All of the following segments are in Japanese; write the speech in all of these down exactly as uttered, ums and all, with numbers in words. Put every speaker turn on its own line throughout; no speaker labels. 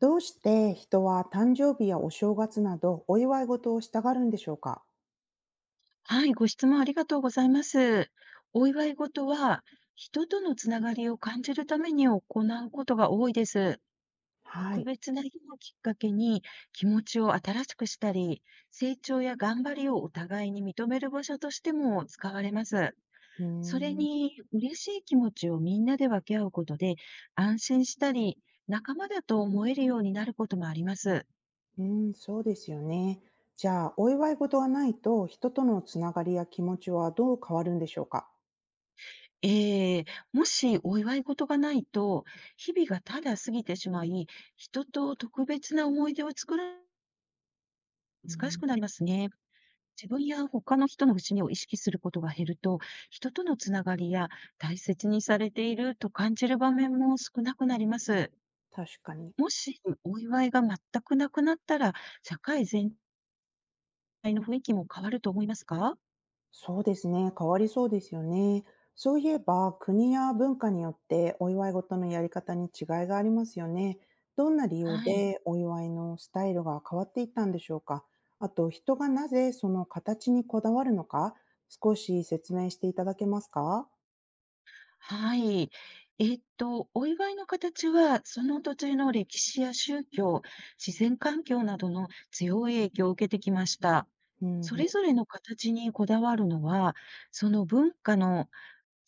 どうして人は誕生日やお正月などお祝い事をしたがるんでしょうか。
はい、ご質問ありがとうございます。お祝い事は、人とのつながりを感じるために行うことが多いです。
は
特
い。
別な日をきっかけに気持ちを新しくしたり、成長や頑張りをお互いに認める場所としても使われます。
うー
それ
ん、
に、嬉しい気持ちをみんなで分け合うことで、安心したり、仲間だと思えるようになることもあります。
うーん、そうですよね。じゃあ、お祝い事がないと人とのつながりや気持ちはどう変わるんでしょうか。
ええ、もしお祝い事がないと、日々がただ過ぎてしまい、人と特別な思い出を作るのが
う
難し
ん、
くなりますね。自分や他の人の節目を意識することが減ると、人とのつながりや大切にされていると感じる場面も少なくなります。
確かに。
もしお祝いが全くなくなったら、社会全体の雰囲気も変わると思いますか？
そうですね、変わりそうですよね。そういえば、国や文化によってお祝いごとのやり方に違いがありますよね。どんな理由
はい。
でお祝いのスタイルが変わっていったんでしょうか。あと、人がなぜその形にこだわるのか、少し説明していただけますか。
はい。えっと、お祝いの形は、その土地の歴史や宗教、自然環境などの強い影響を受けてきました。
うんうん、
それぞれの形にこだわるのは、その文化の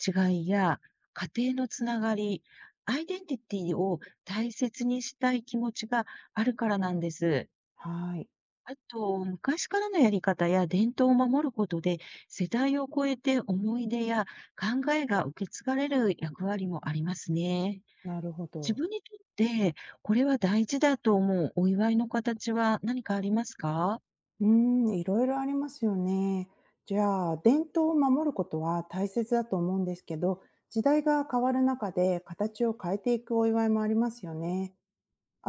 違いや家庭のつながり、アイデンティティを大切にしたい気持ちがあるからなんです。
はい、
あと、昔からのやり方や伝統を守ることで、世代を超えて思い出や考えが受け継がれる役割もありますね。
なるほ
自
ど。
分にとって、これは大事だと思うお祝いの形は何かありますか？
うん、いろいろありますよね。じゃあ、伝統を守ることは大切だと思うんですけど、時代が変わる中で形を変えていくお祝いもありますよね。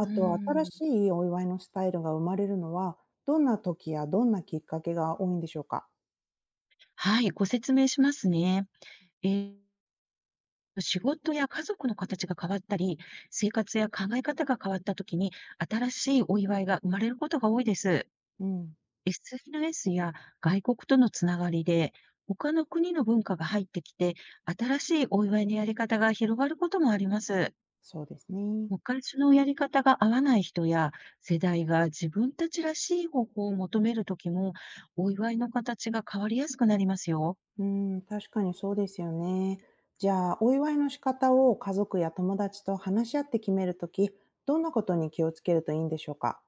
うー
と、新
ん、
しいお祝いのスタイルが生まれるのは、どんな時やどんなきっかけが多いんでしょうか。
はい、ご説明しますね。えー仕事や家族の形が変わったり、生活や考え方が変わったときに、新しいお祝いが生まれることが多いです。
うん、
エスエヌエス や外国とのつながりで、他の国の文化が入ってきて、新しいお祝いのやり方が広がることもあります。
そうですね。
昔のやり方が合わない人や、世代が自分たちらしい方法を求めるときも、お祝いの形が変わりやすくなりますよ。
うん、確かにそうですよね。じゃあ、お祝いの仕方を家族や友達と話し合って決めるとき、どんなことに気をつけるといいんでしょうか。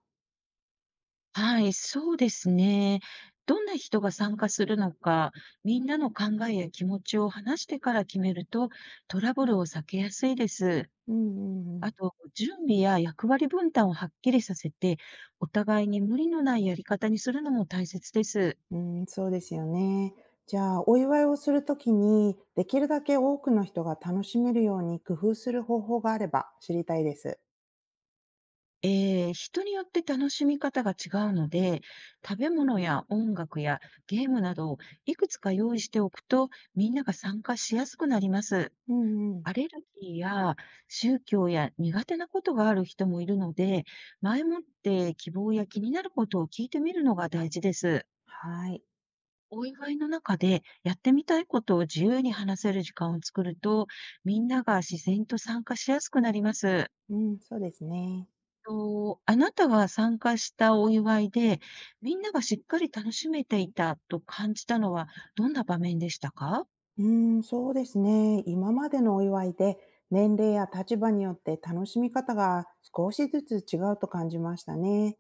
はい、そうですね。どんな人が参加するのか、みんなの考えや気持ちを話してから決めると、トラブルを避けやすいです。
うんうんう
あ
ん。
と、準備や役割分担をはっきりさせて、お互いに無理のないやり方にするのも大切です。
うん、そうですよね。じゃあ、お祝いをするときに、できるだけ多くの人が楽しめるように工夫する方法があれば知りたいです。
えー、人によって楽しみ方が違うので、食べ物や音楽やゲームなどをいくつか用意しておくと、みんなが参加しやすくなります。
うんうん。
アレルギーや宗教や苦手なことがある人もいるので、前もって希望や気になることを聞いてみるのが大事です。
はい。
お祝いの中でやってみたいことを自由に話せる時間を作ると、みんなが自然と参加しやすくなります。
うん、そうですね。
と、あなたが参加したお祝いで、みんながしっかり楽しめていたと感じたのはどんな場面でしたか？
うん、そうですね。今までのお祝いで、年齢や立場によって楽しみ方が少しずつ違うと感じましたね。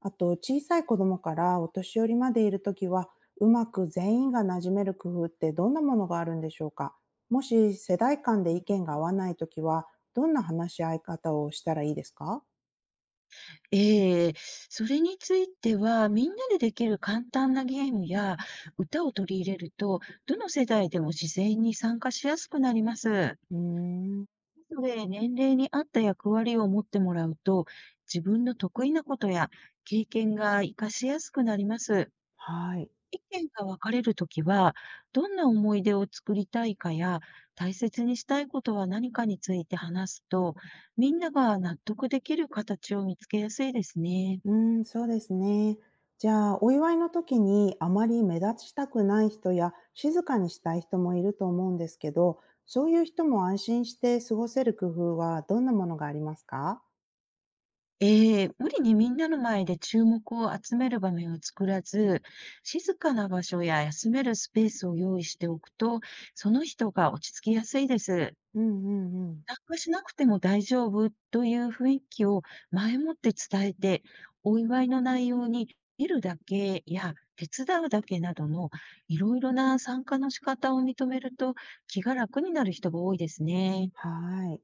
あと、小さい子供からお年寄りまでいるときは、うまく全員が馴染める工夫ってどんなものがあるんでしょうか。もし世代間で
う
意
ん、
見が合わないときは、どんな話し合い方をしたらいいですか。
ええ、それについては、みんなでできる簡単なゲームや歌を取り入れると、どの世代でも自然に参加しやすくなります。
うーん、
それ、年齢に合った役割を持ってもらうと、自分の得意なことや経験が活かしやすくなります。
はい。
意見が分かれるときは、どんな思い出を作りたいかや、大切にしたいことは何かについて話すと、みんなが納得できる形を見つけやすいですね。
うーん、そうですね。じゃあ、お祝いの時にあまり目立ちたくない人や静かにしたい人もいると思うんですけど、そういう人も安心して過ごせる工夫はどんなものがありますか。
ええ、無理にみんなの前で注目を集める場面を作らず、静かな場所や休めるスペースを用意しておくと、その人が落ち着きやすいです。
うんうんうん。
参加しなくても大丈夫という雰囲気を前もって伝えて、お祝いの内容に見るだけや手伝うだけなどのいろいろな参加の仕方を認めると気が楽になる人が多いですね。
はい。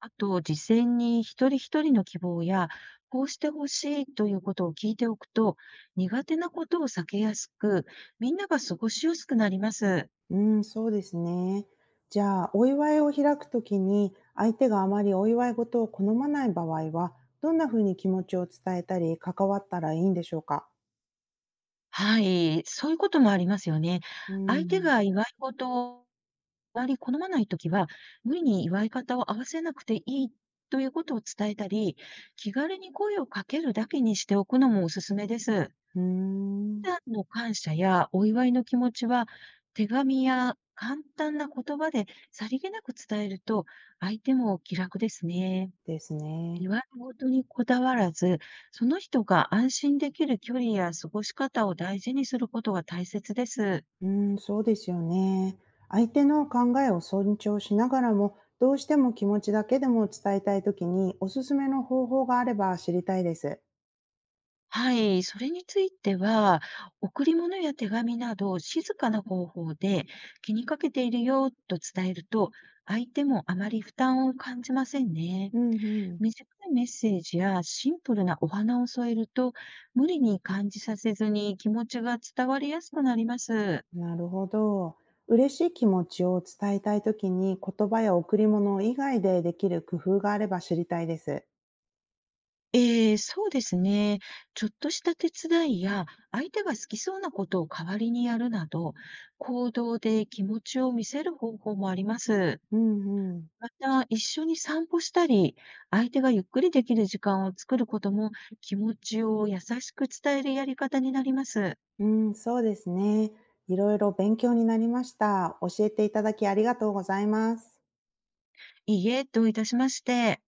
あと、事前に一人一人の希望や、こうしてほしいということを聞いておくと、苦手なことを避けやすく、みんなが過ごしやすくなります。
うん、そうですね。じゃあ、お祝いを開くときに、相手があまりお祝い事を好まない場合は、どんなふうに気持ちを伝えたり、関わったらいいんでしょうか？
はい、そういうこともありますよね。
う
相手
ん、
が祝い事周り好まないときは、無理に祝い方を合わせなくていいということを伝えたり、気軽に声をかけるだけにしておくのもおすすめです。
うーん、
普段の感謝やお祝いの気持ちは、手紙や簡単な言葉でさりげなく伝えると、相手も気楽ですね。
ですね。
祝い事にこだわらず、その人が安心できる距離や過ごし方を大事にすることが大切です。
うーん、そうですよね。相手の考えを尊重しながらも、どうしても気持ちだけでも伝えたいときに、おすすめの方法があれば知りたいです。
はい、それについては、贈り物や手紙など静かな方法で気にかけているよと伝えると、相手もあまり負担を感じませんね。
うんうん。
短いメッセージやシンプルなお花を添えると、無理に感じさせずに気持ちが伝わりやすくなります。
なるほど。嬉しい気持ちを伝えたいときに、言葉や贈り物以外でできる工夫があれば知りたいです。
ええ、そうですね。ちょっとした手伝いや、相手が好きそうなことを代わりにやるなど、行動で気持ちを見せる方法もあります。
うんうん。
また、一緒に散歩したり、相手がゆっくりできる時間を作ることも、気持ちを優しく伝えるやり方になります。
うん、そうですね。いろいろ勉強になりました。教えていただきありがとうございます。
いいえ、どういたしまして。